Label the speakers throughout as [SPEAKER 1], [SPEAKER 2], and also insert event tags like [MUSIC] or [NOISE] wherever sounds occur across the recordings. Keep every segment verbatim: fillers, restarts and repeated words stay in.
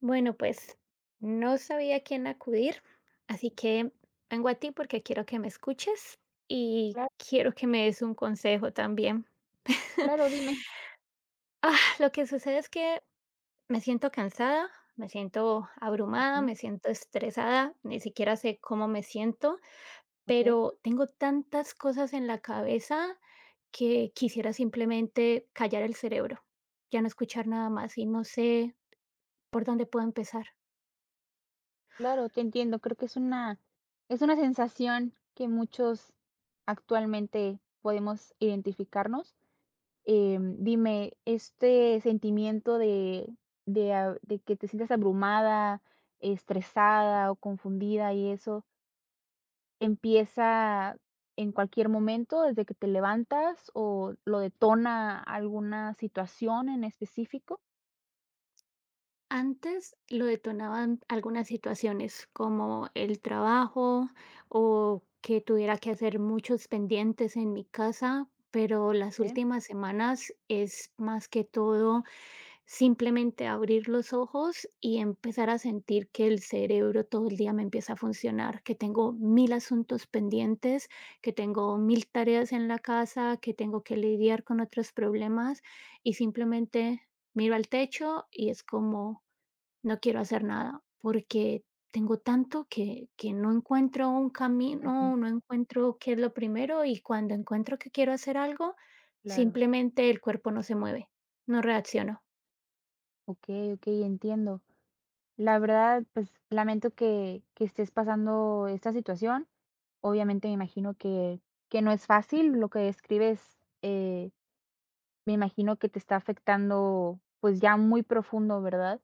[SPEAKER 1] Bueno, pues no sabía a quién acudir, así que vengo a ti porque quiero que me escuches y
[SPEAKER 2] Cla
[SPEAKER 1] quiero que me des un consejo también. [LAUGHS]
[SPEAKER 2] claro, dime.
[SPEAKER 1] Ah, lo que sucede es que me siento cansada, me siento abrumada,
[SPEAKER 2] Ujú,
[SPEAKER 1] me siento estresada, ni siquiera sé cómo me siento,
[SPEAKER 2] okey.
[SPEAKER 1] pero tengo tantas cosas en la cabeza que quisiera simplemente callar el cerebro, ya no escuchar nada más y no sé por dónde puedo empezar.
[SPEAKER 2] Claro, te entiendo. Creo que es una es una sensación que muchos actualmente podemos identificarnos. Em, dime, este sentimiento de de a de que te sientas abrumada, estresada o confundida y eso, ¿empieza en cualquier momento, desde que te levantas o lo detona alguna situación en específico?
[SPEAKER 1] Antes lo detonaban algunas situaciones, como el trabajo o que tuviera que hacer muchos pendientes en mi casa, pero las
[SPEAKER 2] Okey.
[SPEAKER 1] últimas semanas es más que todo simplemente abrir los ojos y empezar a sentir que el cerebro todo el día me empieza a funcionar, que tengo mil asuntos pendientes, que tengo mil tareas en la casa, que tengo que lidiar con otros problemas y simplemente miro al techo y es como no quiero hacer nada porque tengo tanto que, que no encuentro un
[SPEAKER 2] Ujú,
[SPEAKER 1] camino, no encuentro qué es lo primero y cuando encuentro que quiero hacer algo,
[SPEAKER 2] claro.
[SPEAKER 1] simplemente el cuerpo no se mueve, no reacciono.
[SPEAKER 2] Okey, okey, entiendo. La verdad, pues lamento que, que estés pasando esta situación. Obviamente me imagino que, que no es fácil lo que describes. eh, me imagino que te está afectando pues ya muy profundo, ¿verdad?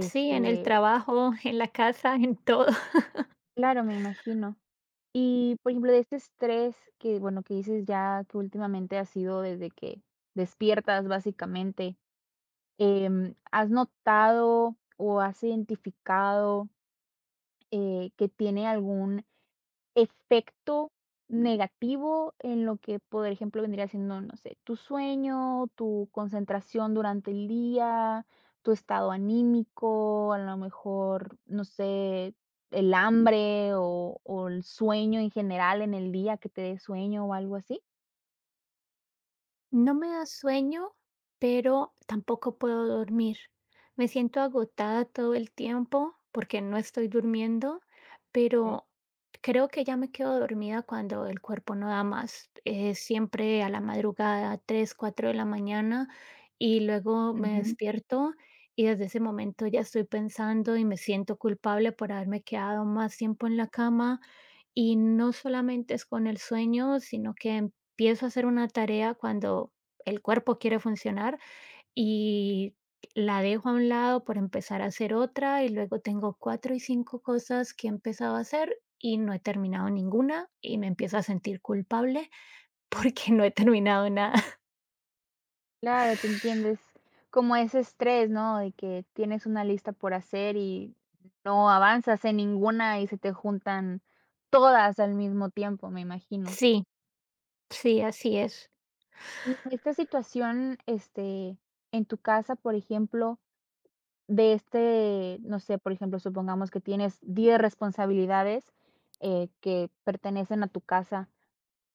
[SPEAKER 1] Sí, en el trabajo, [LAUGHS] en la casa, en todo.
[SPEAKER 2] claro, me imagino. Y por ejemplo, de este estrés que, bueno, que dices ya que últimamente ha sido desde que despiertas básicamente, em, ¿has notado o has identificado eh, que tiene algún efecto negativo en lo que, por ejemplo, vendría siendo, no sé, tu sueño, tu concentración durante el día, tu estado anímico, a lo mejor, no sé, el hambre o o el sueño en general en el día, que te dé sueño o algo así.
[SPEAKER 1] No me da sueño, pero tampoco puedo dormir. Me siento agotada todo el tiempo porque no estoy durmiendo,
[SPEAKER 2] Okey.
[SPEAKER 1] pero creo que ya me quedo dormida cuando el cuerpo no da más. Eh, siempre a la madrugada, tres, cuatro de la mañana, y luego me despierto y desde ese momento ya estoy pensando y me siento culpable por haberme quedado más tiempo en la cama y no solamente es con el sueño, sino que empiezo a hacer una tarea cuando el cuerpo quiere funcionar y la dejo a un lado por empezar a hacer otra y luego tengo cuatro y cinco cosas que he empezado a hacer y no he terminado ninguna y me empiezo a sentir culpable [LAUGHS] porque no he terminado nada.
[SPEAKER 2] Claro, te entiendes como ese estrés, ¿no? De que tienes una lista por hacer y no avanzas en ninguna y se te juntan todas al mismo tiempo, me imagino.
[SPEAKER 1] Sí, sí, así es.
[SPEAKER 2] Y en esta situación, este, en tu casa, por ejemplo, de este, no sé, por ejemplo, supongamos que tienes diez responsabilidades eh, que pertenecen a tu casa.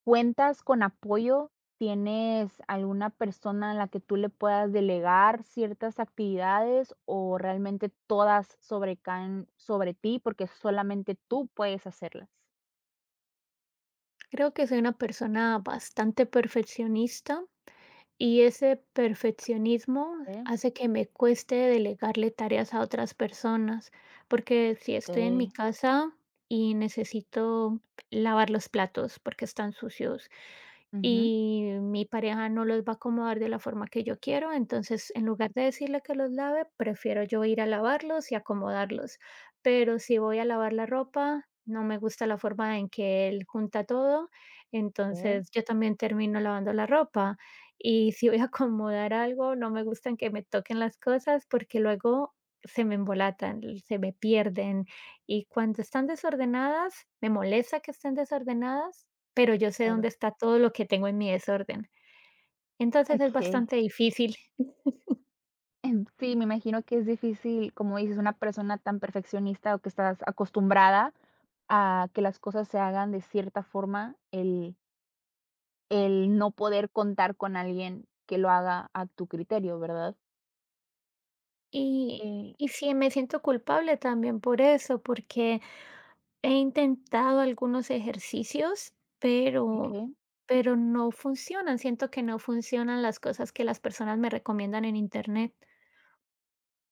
[SPEAKER 2] ¿Cuentas con apoyo? ¿Tienes alguna persona a la que tú le puedas delegar ciertas actividades o realmente todas sobrecaen sobre ti porque solamente tú puedes hacerlas?
[SPEAKER 1] Creo que soy una persona bastante perfeccionista. Y ese perfeccionismo
[SPEAKER 2] Eh,
[SPEAKER 1] hace que me cueste delegarle tareas a otras personas, porque si estoy en mi
[SPEAKER 2] okey.
[SPEAKER 1] casa y necesito lavar los platos porque están sucios
[SPEAKER 2] Ujú.
[SPEAKER 1] y mi pareja no los va a acomodar de la forma que yo quiero, entonces en lugar de decirle que los lave, prefiero yo ir a lavarlos y acomodarlos. Pero si voy a lavar la ropa, no me gusta la forma en que él junta todo,
[SPEAKER 2] Okey,
[SPEAKER 1] entonces yo también termino lavando la ropa y si voy a acomodar algo, no me gustan que me toquen las cosas porque luego se me embolatan, l- se me pierden. Y cuando están desordenadas, me molesta que estén desordenadas, pero yo sé dónde
[SPEAKER 2] claro.
[SPEAKER 1] está todo lo que tengo en mi desorden. Entonces es
[SPEAKER 2] Okey.
[SPEAKER 1] bastante difícil.
[SPEAKER 2] Em, sí, me imagino que es difícil, como dices, una persona tan perfeccionista o que estás acostumbrada a que las cosas se hagan de cierta forma, el El no poder contar con alguien que lo haga a tu criterio, ¿verdad?
[SPEAKER 1] Y,
[SPEAKER 2] Eh,
[SPEAKER 1] y sí, me siento culpable también por eso, porque he intentado algunos ejercicios, pero,
[SPEAKER 2] okey.
[SPEAKER 1] pero no funcionan. Siento que no funcionan las cosas que las personas me recomiendan en internet.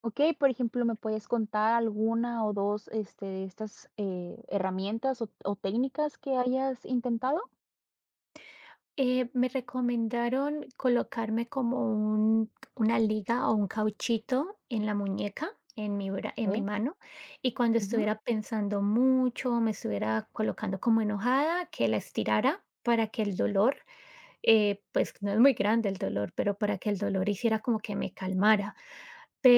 [SPEAKER 2] Okey, por ejemplo, ¿me puedes contar alguna o dos este, de estas, eh, herramientas o o técnicas que hayas intentado?
[SPEAKER 1] Eh, me recomendaron colocarme como un- una liga o un cauchito en la muñeca, en mi, bra- en mi
[SPEAKER 2] Okey.
[SPEAKER 1] mano, y cuando
[SPEAKER 2] Ujú.
[SPEAKER 1] estuviera pensando mucho, me estuviera colocando como enojada, que la estirara para que el dolor, eh, pues no es muy grande el dolor, pero para que el dolor hiciera como que me calmara.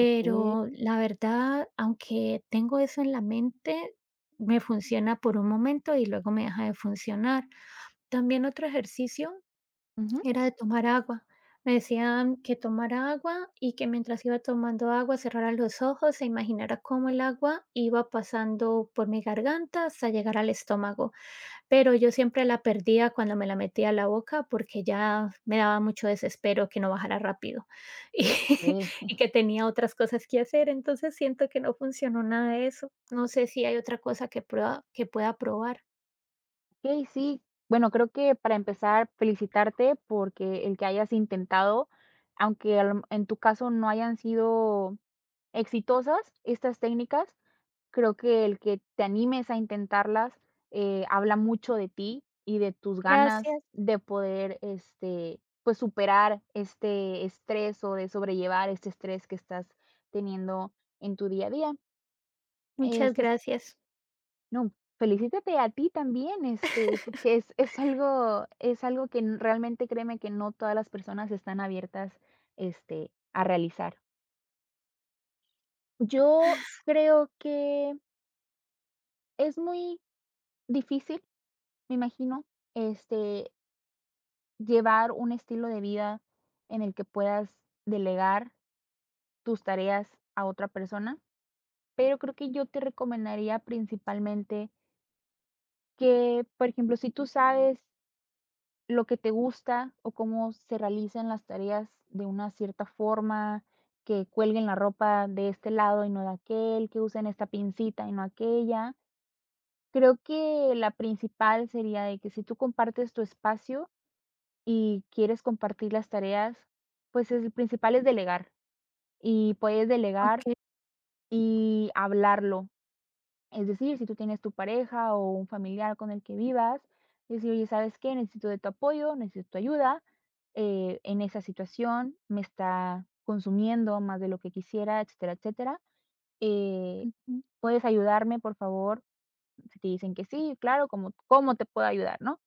[SPEAKER 2] Okey.
[SPEAKER 1] la verdad, aunque tengo eso en la mente, me funciona por un momento y luego me deja de funcionar. También otro ejercicio
[SPEAKER 2] Ujú.
[SPEAKER 1] era de tomar agua. Me decían que tomara agua y que mientras iba tomando agua cerrara los ojos e imaginara cómo el agua iba pasando por mi garganta hasta llegar al estómago, pero yo siempre la perdía cuando me la metía a la boca porque ya me daba mucho desespero que no bajara rápido [LAUGHS] y,
[SPEAKER 2] Okey.
[SPEAKER 1] y que tenía otras cosas que hacer, entonces siento que no funcionó nada de eso. No sé si hay otra cosa que, prueba, que pueda probar.
[SPEAKER 2] Okey, [LAUGHS] sí. Bueno, creo que para empezar, felicitarte porque el que hayas intentado, aunque a lo en tu caso no hayan sido exitosas estas técnicas, creo que el que te animes a intentarlas, eh, habla mucho de ti y de tus ganas
[SPEAKER 1] Gracias,
[SPEAKER 2] de poder, este, pues, superar este estrés o de sobrellevar este estrés que estás teniendo en tu día a día.
[SPEAKER 1] muchas
[SPEAKER 2] Este, s-
[SPEAKER 1] gracias.
[SPEAKER 2] no, felicítate a ti también, este, que es es algo es algo que n realmente créeme que no todas las personas están abiertas, este, a realizar. Yo creo que es muy difícil. Me imagino, este, llevar un estilo de vida en el que puedas delegar tus tareas a otra persona, pero creo que yo te recomendaría principalmente que, por ejemplo, si tú sabes lo que te gusta o cómo se realizan las tareas de una cierta forma, que cuelguen la ropa de este lado y no de aquel, que usen esta pincita y no aquella. Creo que la principal sería de que si tú compartes tu espacio, y quieres compartir las tareas, pues es- el principal es delegar y puedes delegar
[SPEAKER 1] Ok.
[SPEAKER 2] y hablarlo. Es decir, si tú tienes tu pareja o un familiar con el que vivas, decir, oye, ¿sabes qué? Necesito de tu apoyo, necesito tu ayuda eh, en esa situación, me está consumiendo más de lo que quisiera, etcétera, etcétera. Eh,
[SPEAKER 1] Ujú.
[SPEAKER 2] ¿Puedes ayudarme, por favor? Si te dicen que sí, claro, ¿cómo, cómo te puedo ayudar, no?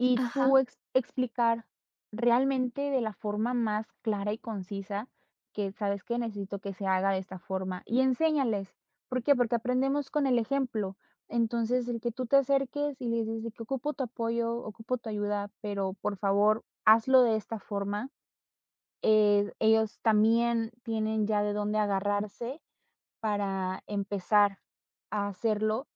[SPEAKER 2] Y
[SPEAKER 1] Ajá.
[SPEAKER 2] tú ex explicar realmente de la forma más clara y concisa que, ¿sabes que necesito que se haga de esta forma? Y enséñales. ¿Por qué? Porque aprendemos con el ejemplo. Entonces, el que tú te acerques y les dices de que ocupo tu apoyo, ocupo tu ayuda, pero por favor, hazlo de esta forma. Eh, ellos también tienen ya de dónde agarrarse para empezar a hacerlo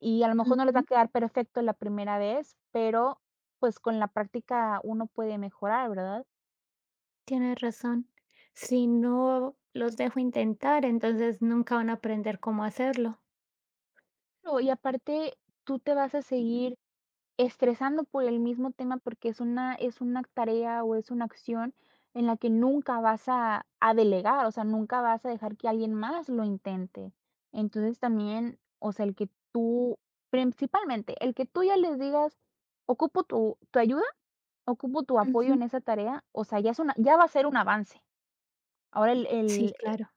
[SPEAKER 2] y a lo mejor no les va a
[SPEAKER 1] Ujú.
[SPEAKER 2] quedar perfecto la primera vez, pero, pues, con la práctica uno puede mejorar, ¿verdad?
[SPEAKER 1] Tienes razón. Si no los dejo intentar, entonces nunca van a aprender cómo hacerlo.
[SPEAKER 2] No, y aparte, tú te vas a seguir estresando por el mismo tema, porque es una es una tarea o es una acción en la que nunca vas a a delegar, o sea, nunca vas a dejar que alguien más lo intente. Entonces, también, o sea, el que tú principalmente, el que tú ya les digas: "Ocupo tu tu ayuda, ocupo tu apoyo
[SPEAKER 1] Ujú.
[SPEAKER 2] en esa tarea", o sea, ya es una ya va a ser un avance. Ahora el
[SPEAKER 1] Sí,
[SPEAKER 2] el e
[SPEAKER 1] claro.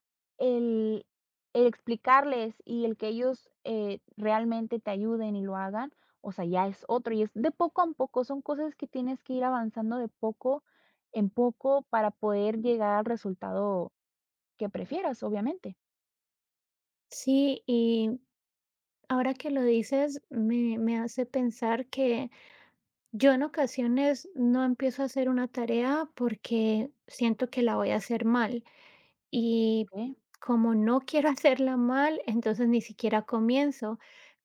[SPEAKER 2] el el explicarles y el que ellos, eh, realmente te ayuden y lo hagan, o sea, ya es otro, y es de poco a poco, son cosas que tienes que ir avanzando de poco en poco para poder llegar al resultado que prefieras, obviamente.
[SPEAKER 1] Sí, y ahora que lo dices, me, me hace pensar que yo en ocasiones no empiezo a hacer una tarea porque siento que la voy a hacer mal. Y
[SPEAKER 2] Okey.
[SPEAKER 1] como no quiero [LAUGHS] hacerla mal, entonces ni siquiera comienzo,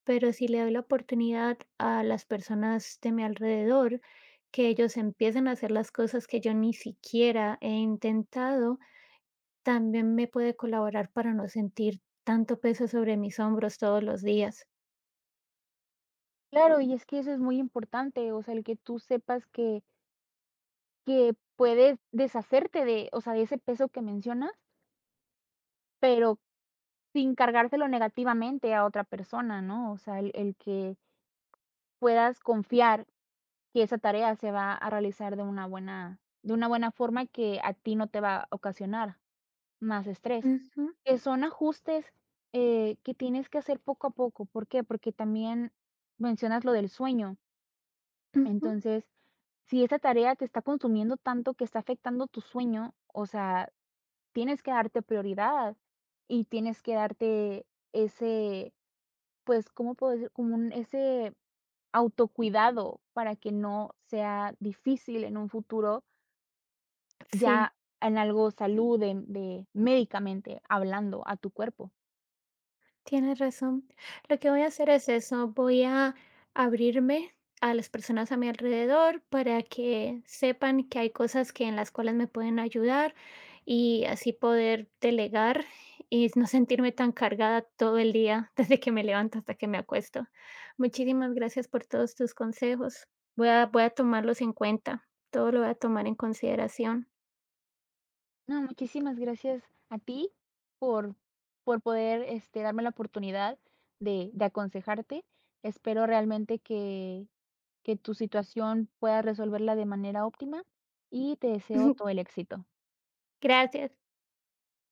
[SPEAKER 1] pero si le doy la oportunidad a las personas de mi alrededor que ellos empiecen a hacer las cosas que yo ni siquiera he intentado, también me puede colaborar para no sentir tanto peso sobre mis hombros todos los días.
[SPEAKER 2] Claro, y es que eso es muy importante, o sea, el que tú sepas que que puedes deshacerte de, o sea, de ese peso que mencionas, pero sin cargárselo negativamente a otra persona, ¿no? O sea, el el que puedas confiar que esa tarea se va a realizar de una buena de una buena forma que a ti no te va a ocasionar más estrés,
[SPEAKER 1] Ujú,
[SPEAKER 2] que son ajustes, eh, que tienes que hacer poco a poco, ¿por qué? Porque también mencionas lo del sueño,
[SPEAKER 1] ujú,
[SPEAKER 2] entonces, si esa tarea te está consumiendo tanto que está afectando tu sueño, o sea, tienes que darte prioridad y tienes que darte ese pues, ¿cómo puedo decir? Como un ese autocuidado para que no sea difícil en un futuro,
[SPEAKER 1] sí.
[SPEAKER 2] ya en algo salud de de médicamente hablando a tu cuerpo.
[SPEAKER 1] Tienes razón. Lo que voy a hacer es eso, voy a abrirme a las personas a mi alrededor para que sepan que hay cosas que en las cuales me pueden ayudar y así poder delegar y no sentirme tan cargada todo el día, [LAUGHS] desde que me levanto hasta que me acuesto. Muchísimas gracias por todos tus consejos. Voy a, voy a tomarlos en cuenta. Todo lo voy a tomar en consideración.
[SPEAKER 2] No, muchísimas gracias a ti por por poder, este, darme la oportunidad de de aconsejarte. Espero realmente que que tu situación puedas resolverla de manera óptima y te deseo todo el
[SPEAKER 1] [LAUGHS]
[SPEAKER 2] éxito.
[SPEAKER 1] Gracias.